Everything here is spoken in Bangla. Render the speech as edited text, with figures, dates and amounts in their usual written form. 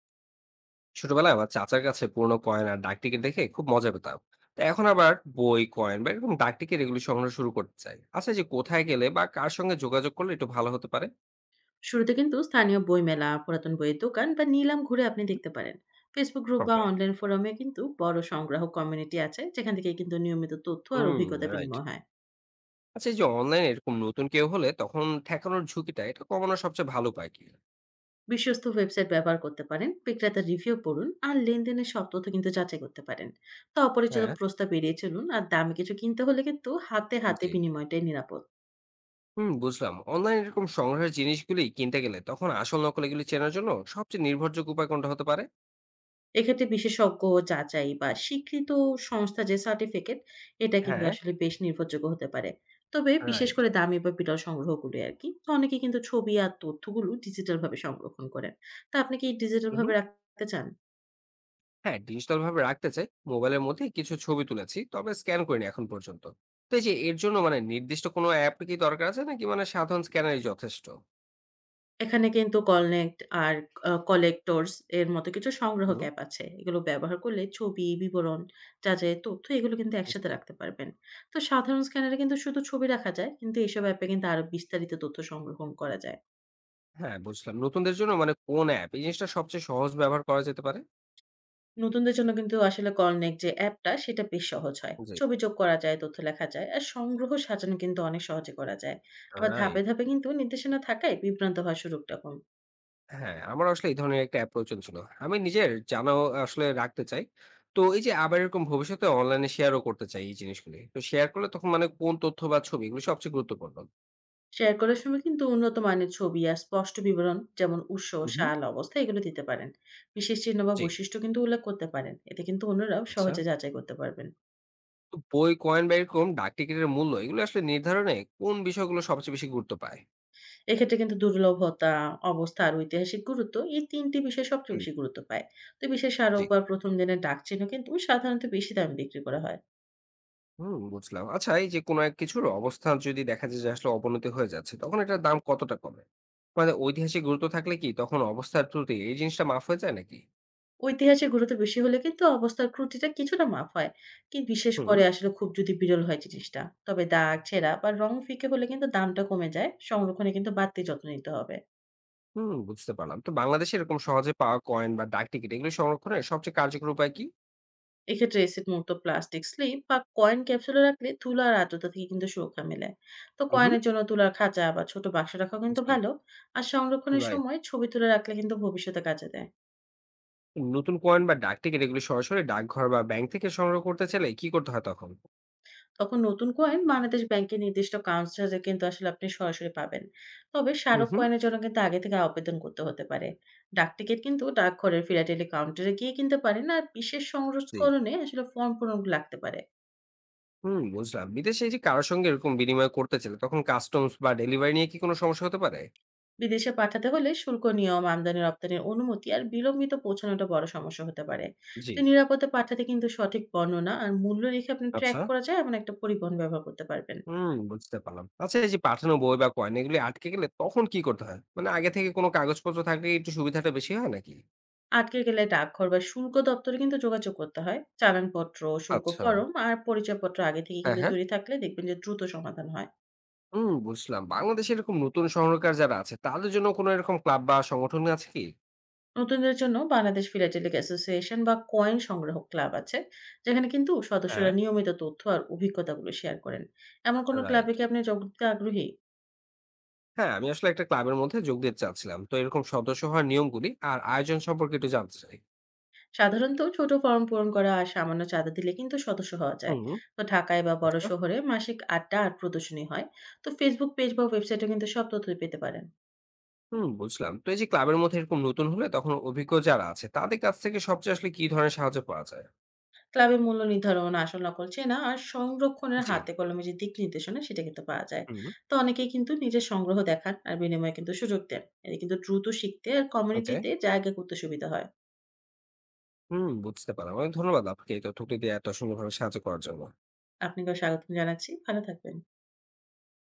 ছোটবেলায় আমার চাচার কাছে পুরোনো কয়েন আর ডাক টিকিট দেখে খুব মজা পেতাম। তো এখন আবার বই কয়েন বা এরকম ডাক টিকিট এগুলো সংগ্রহ শুরু করতে চাই। আচ্ছা, এই যে কোথায় গেলে বা কার সঙ্গে যোগাযোগ করলে একটু ভালো হতে পারে? শুরুতে কিন্তু স্থানীয় বইমেলা পুরাতন বইয়ের দোকান বা নিলাম ঘুরে আপনি দেখতে পারেন। ফেসবুক গ্রুপ বা ওকে। অনলাইন ফোরামে কিন্তু বড় সংগ্রাহক কমিউনিটি আছে, যেখান থেকে কিন্তু নিয়মিত তথ্য আর হুম। অভিজ্ঞতা রাইট। বিনিময় হয়। আচ্ছা, এই যে অনলাইনে এরকম নতুন কেউ হলে তখন ঠেকানোর ঝুঁকিটা এটা কমানোর সবচেয়ে ভালো উপায় কি? বিশ্বস্ত ওয়েবসাইট ব্যবহার করতে পারেন, বিক্রেতার রিভিউ পড়ুন আর লেনদেনের সব তথ্য কিন্তু যাচাই করতে পারেন। তো অপরিচিত হ্যাঁ। প্রস্তাব এড়িয়ে চলুন আর দামি কিছু কিনতে হলে কিন্তু হাতে হাতে জি। বিনিময়টাই নিরাপদ। হুম, বুঝলাম। অনলাইনে এরকম সংগ্রহের জিনিসগুলি কিনতে গেলে তখন আসল নকল এগুলি চেনার জন্য সবচেয়ে নির্ভরযোগ্য উপায় কোনটা হতে পারে? এক্ষেত্রে বিশেষজ্ঞ যাচাই বা স্বীকৃত সংস্থা যে সার্টিফিকেট, এটা কিন্তু হ্যাঁ। আসলে বেশ নির্ভরযোগ্য হতে পারে। তবে বিশেষ রাইট। করে দামি বা বিরল সংগ্রহগুলো আরকি। তো অনেকে কিন্তু ছবি আর তথ্যগুলো ডিজিটালভাবে সংরক্ষণ করেন। তো আপনি কি ডিজিটালভাবে রাখতে চান? হ্যাঁ, ডিজিটাল ভাবে রাখতে চাই। মোবাইলের মধ্যে কিছু ছবি তুলেছি, তবে স্ক্যান করিনি এখন পর্যন্ত। তো এই যে এর জন্য নির্দিষ্ট কোনো অ্যাপ কি দরকার আছে, নাকি সাধারণ স্ক্যানারই যথেষ্ট? এখানে কিন্তু কলনেক্ট আর কলেক্টরস এর মতো কিছু সংগ্রহক হুম। অ্যাপ আছে। এগুলো ব্যবহার করলে ছবি, বিবরণ, যাচাইয়ের তথ্য এগুলো কিন্তু জি। একসাথে রাখতে পারবেন। তো সাধারণ স্ক্যানারে কিন্তু শুধু ছবি রাখা যায়, কিন্তু এসব অ্যাপে কিন্তু আরো বিস্তারিত তথ্য সংগ্রহণ করা যায়। হ্যাঁ, বুঝলাম। নতুনদের জন্য কোন অ্যাপ এই জিনিসটা সবচেয়ে সহজ ব্যবহার করা যেতে পারে? নতুনদের জন্য কিন্তু আসলে কলনেক যে অ্যাপটা সেটা বেশ সহজ হয়। জি। ছবি যোগ করা যায়, তথ্য লেখা যায় আর সংগ্রহ সাজানো কিন্তু অনেক সহজে করা যায়। আবার ধাপে রাইট। ধাপে কিন্তু নির্দেশনা থাকায় বিভ্রান্ত হওয়ার সুযোগটা কম। হ্যাঁ, আমার আসলে এই ধরনের একটা অ্যাপ প্রয়োজন ছিল। আমি নিজের জানা আসলে রাখতে চাই। তো এই যে আবার এরকম ভবিষ্যতে অনলাইনে শেয়ারও করতে চাই এই জিনিসগুলি। তো শেয়ার করলে তখন কোন তথ্য বা ছবি এগুলো সবচেয়ে গুরুত্বপূর্ণ? শেয়ার করার সময় কিন্তু উন্নত মানের ছবি আর স্পষ্ট বিবরণ যেমন উৎস, হুম। সাল, অবস্থা এগুলো দিতে পারেন। বিশেষ চিহ্ন বা জি। বৈশিষ্ট্য কিন্তু উল্লেখ করতে পারেন। এতে কিন্তু অন্যরাও আচ্ছা, সহজে যাচাই করতে পারবেন। তো বই, কয়েন বা এরকম ডাকটিকিটের মূল্য এগুলো আসলে নির্ধারণে কোন বিষয়গুলো সবচেয়ে বেশি গুরুত্ব পায়? এক্ষেত্রে কিন্তু দুর্লভতা, অবস্থা আর ঐতিহাসিক গুরুত্ব এই ৩ টি বিষয় সবচেয়ে হুম। বেশি গুরুত্ব পায়। তো বিশেষ স্মারক জি। বা ১ম দিনের ডাকচিহ্ন কিন্তু সাধারণত বেশি দামে বিক্রি করা হয়। হুম, বুঝলাম। আচ্ছা, এই যে কোনো এক কিছুর অবস্থান যদি দেখা যায় যে আসলে অবনতি হয়ে যাচ্ছে, তখন এটার দাম কতটা কমে? ঐতিহাসিক গুরুত্ব থাকলে কি তখন অবস্থার ত্রুটি এই জিনিসটা মাফ হয়ে যায় নাকি? ঐতিহাসিক গুরুত্ব বেশি হলে কিন্তু অবস্থার ত্রুটিটা কিছুটা মাপ হয়। কি বিশেষ হুম। করে আসলে খুব যদি বিরল হয় জিনিসটা। তবে দাগ, ছেঁড়া বা রং ফিকে হলে কিন্তু দামটা কমে যায়। সংরক্ষণে কিন্তু বাড়তি যত্ন নিতে হবে। হুম, বুঝতে পারলাম। তো বাংলাদেশে এরকম সহজে পাওয়া কয়েন বা ডাকটিকিট এগুলো সংরক্ষণের সবচেয়ে কার্যকর উপায় কি? এক্ষেত্রে এসিড মুক্ত প্লাস্টিক স্লিপ বা কয়েন ক্যাপসুলে রাখলে তুলা আর আর্দ্রতা থেকে কিন্তু সুরক্ষা মেলে। তো হুম, হুম। কয়েনের জন্য তুলার খাঁচা বা ছোট বাক্স রাখা কিন্তু জি। ভালো। আর সংরক্ষণের রাইট। সময় ছবি তুলে রাখলে কিন্তু ভবিষ্যতে কাজে দেয়। নতুন কয়েন বা ডাকটিকিট এগুলো সরাসরি ডাকঘর বা ব্যাংক থেকে সংগ্রহ করতে চাইলে কি করতে হয় তখন? তখন নতুন কয়েন বাংলাদেশ ব্যাংকের নির্দিষ্ট কাউন্সিলে কিন্তু আসলে আপনি সরাসরি পাবেন। তবে হুম, স্মারক হুম। কয়েনের জন্য কিন্তু আগে থেকে আবেদন করতে হতে পারে। ডাকটিকিট কিন্তু ডাকঘরের ফিলাটেলি কাউন্টারে গিয়ে কিনতে পারেন আর বিশেষ জি। সংস্করণে আসলে ফর্ম পূরণ লাগতে পারে। হুম, বুঝলাম। বিদেশে এই যে কারো সঙ্গে এরকম বিনিময় করতে চাইলে তখন কাস্টমস বা ডেলিভারি নিয়ে কি কোনো সমস্যা হতে পারে? বিদেশে পাঠাতে হলে শুল্ক নিয়ম, আমদানি রপ্তানির অনুমতি আর বিলম্বিত পৌঁছানোটা বড় সমস্যা হতে পারে। জি। তো নিরাপদে পাঠাতে কিন্তু সঠিক বর্ণনা আর মূল্য রেখে আপনি ট্র্যাক আচ্ছা। করা যায় এমন একটা পরিবহন ব্যবহার করতে পারবেন। হুম, বুঝতে পারলাম। আচ্ছা, এই যে পাঠানো বই বা কয়েন এগুলি আটকে গেলে তখন কি করতে হয়? আগে থেকে কোনো কাগজপত্র থাকলে একটু সুবিধাটা বেশি হয় নাকি? আটকে গেলে ডাকঘর বা শুল্ক দপ্তরে কিন্তু যোগাযোগ করতে হয়। চালানপত্র, শুল্ক আচ্ছা। ফরম আর পরিচয়পত্র আগে থেকে হ্যাঁ, কিন্তু হ্যাঁ। তৈরি থাকলে দেখবেন যে দ্রুত সমাধান হয়। হুম, বুঝলাম। বাংলাদেশে এরকম নতুন সংরক্ষণ যারা আছে তাদের জন্য কোনো এরকম ক্লাব বা সংগঠন আছে কি? নতুনদের জন্য বাংলাদেশ ফিলাটেলিক অ্যাসোসিয়েশন বা কয়েন সংগ্রহ ক্লাব আছে, যেখানে কিন্তু সদস্যরা হ্যাঁ। নিয়মিত তথ্য আর অভিজ্ঞতাগুলো শেয়ার করেন। এমন কোনো ক্লাবে রাইট। কি আপনি যোগ দিতে আগ্রহী? হ্যাঁ, আমি আসলে একটা ক্লাবের মধ্যে যোগ দিতে চাচ্ছিলাম। তো এরকম সদস্য হওয়ার নিয়মগুলি আর আয়োজন সম্পর্কে একটু জানতে চাই। সাধারণত ছোট ফর্ম পূরণ করা আর সামান্য চাঁদা দিলে কিন্তু সদস্য হওয়া যায়। হুম। তো ঢাকায় বা বড় আচ্ছা। শহরে মাসিক আড্ডা আর প্রদর্শনী হয়। তো Facebook পেজ বা ওয়েবসাইটে কিন্তু সব তথ্যই পেতে পারেন। হুম, বুঝলাম। তো এই যে ক্লাবের মধ্যে এরকম নতুন হলে তখন অভিজ্ঞ যারা আছে তাদের কাছ থেকে সবচেয়ে আসলে কি ধরনের সাহায্য পাওয়া যায়? ক্লাবে মূল্য নির্ধারণ, আসল নকল চেনা আর সংরক্ষণের জি। হাতে কলমে যে দিক নির্দেশনা সেটা কিন্তু পাওয়া যায়। হুম, তো অনেকেই কিন্তু নিজের সংগ্রহ দেখান আর বিনিময়ে কিন্তু সুযোগ দেন। এতে কিন্তু দ্রুত শিখতে আর ওকে। কমিউনিটিতে জায়গা করতে সুবিধা হয়। হুম, বুঝতে পারলাম। অনেক ধন্যবাদ আপনাকে এই তথ্যগুলি দিয়ে এত সুন্দরভাবে সাহায্য করার জন্য। আপনাকেও স্বাগতম জানাচ্ছি। ভালো থাকবেন।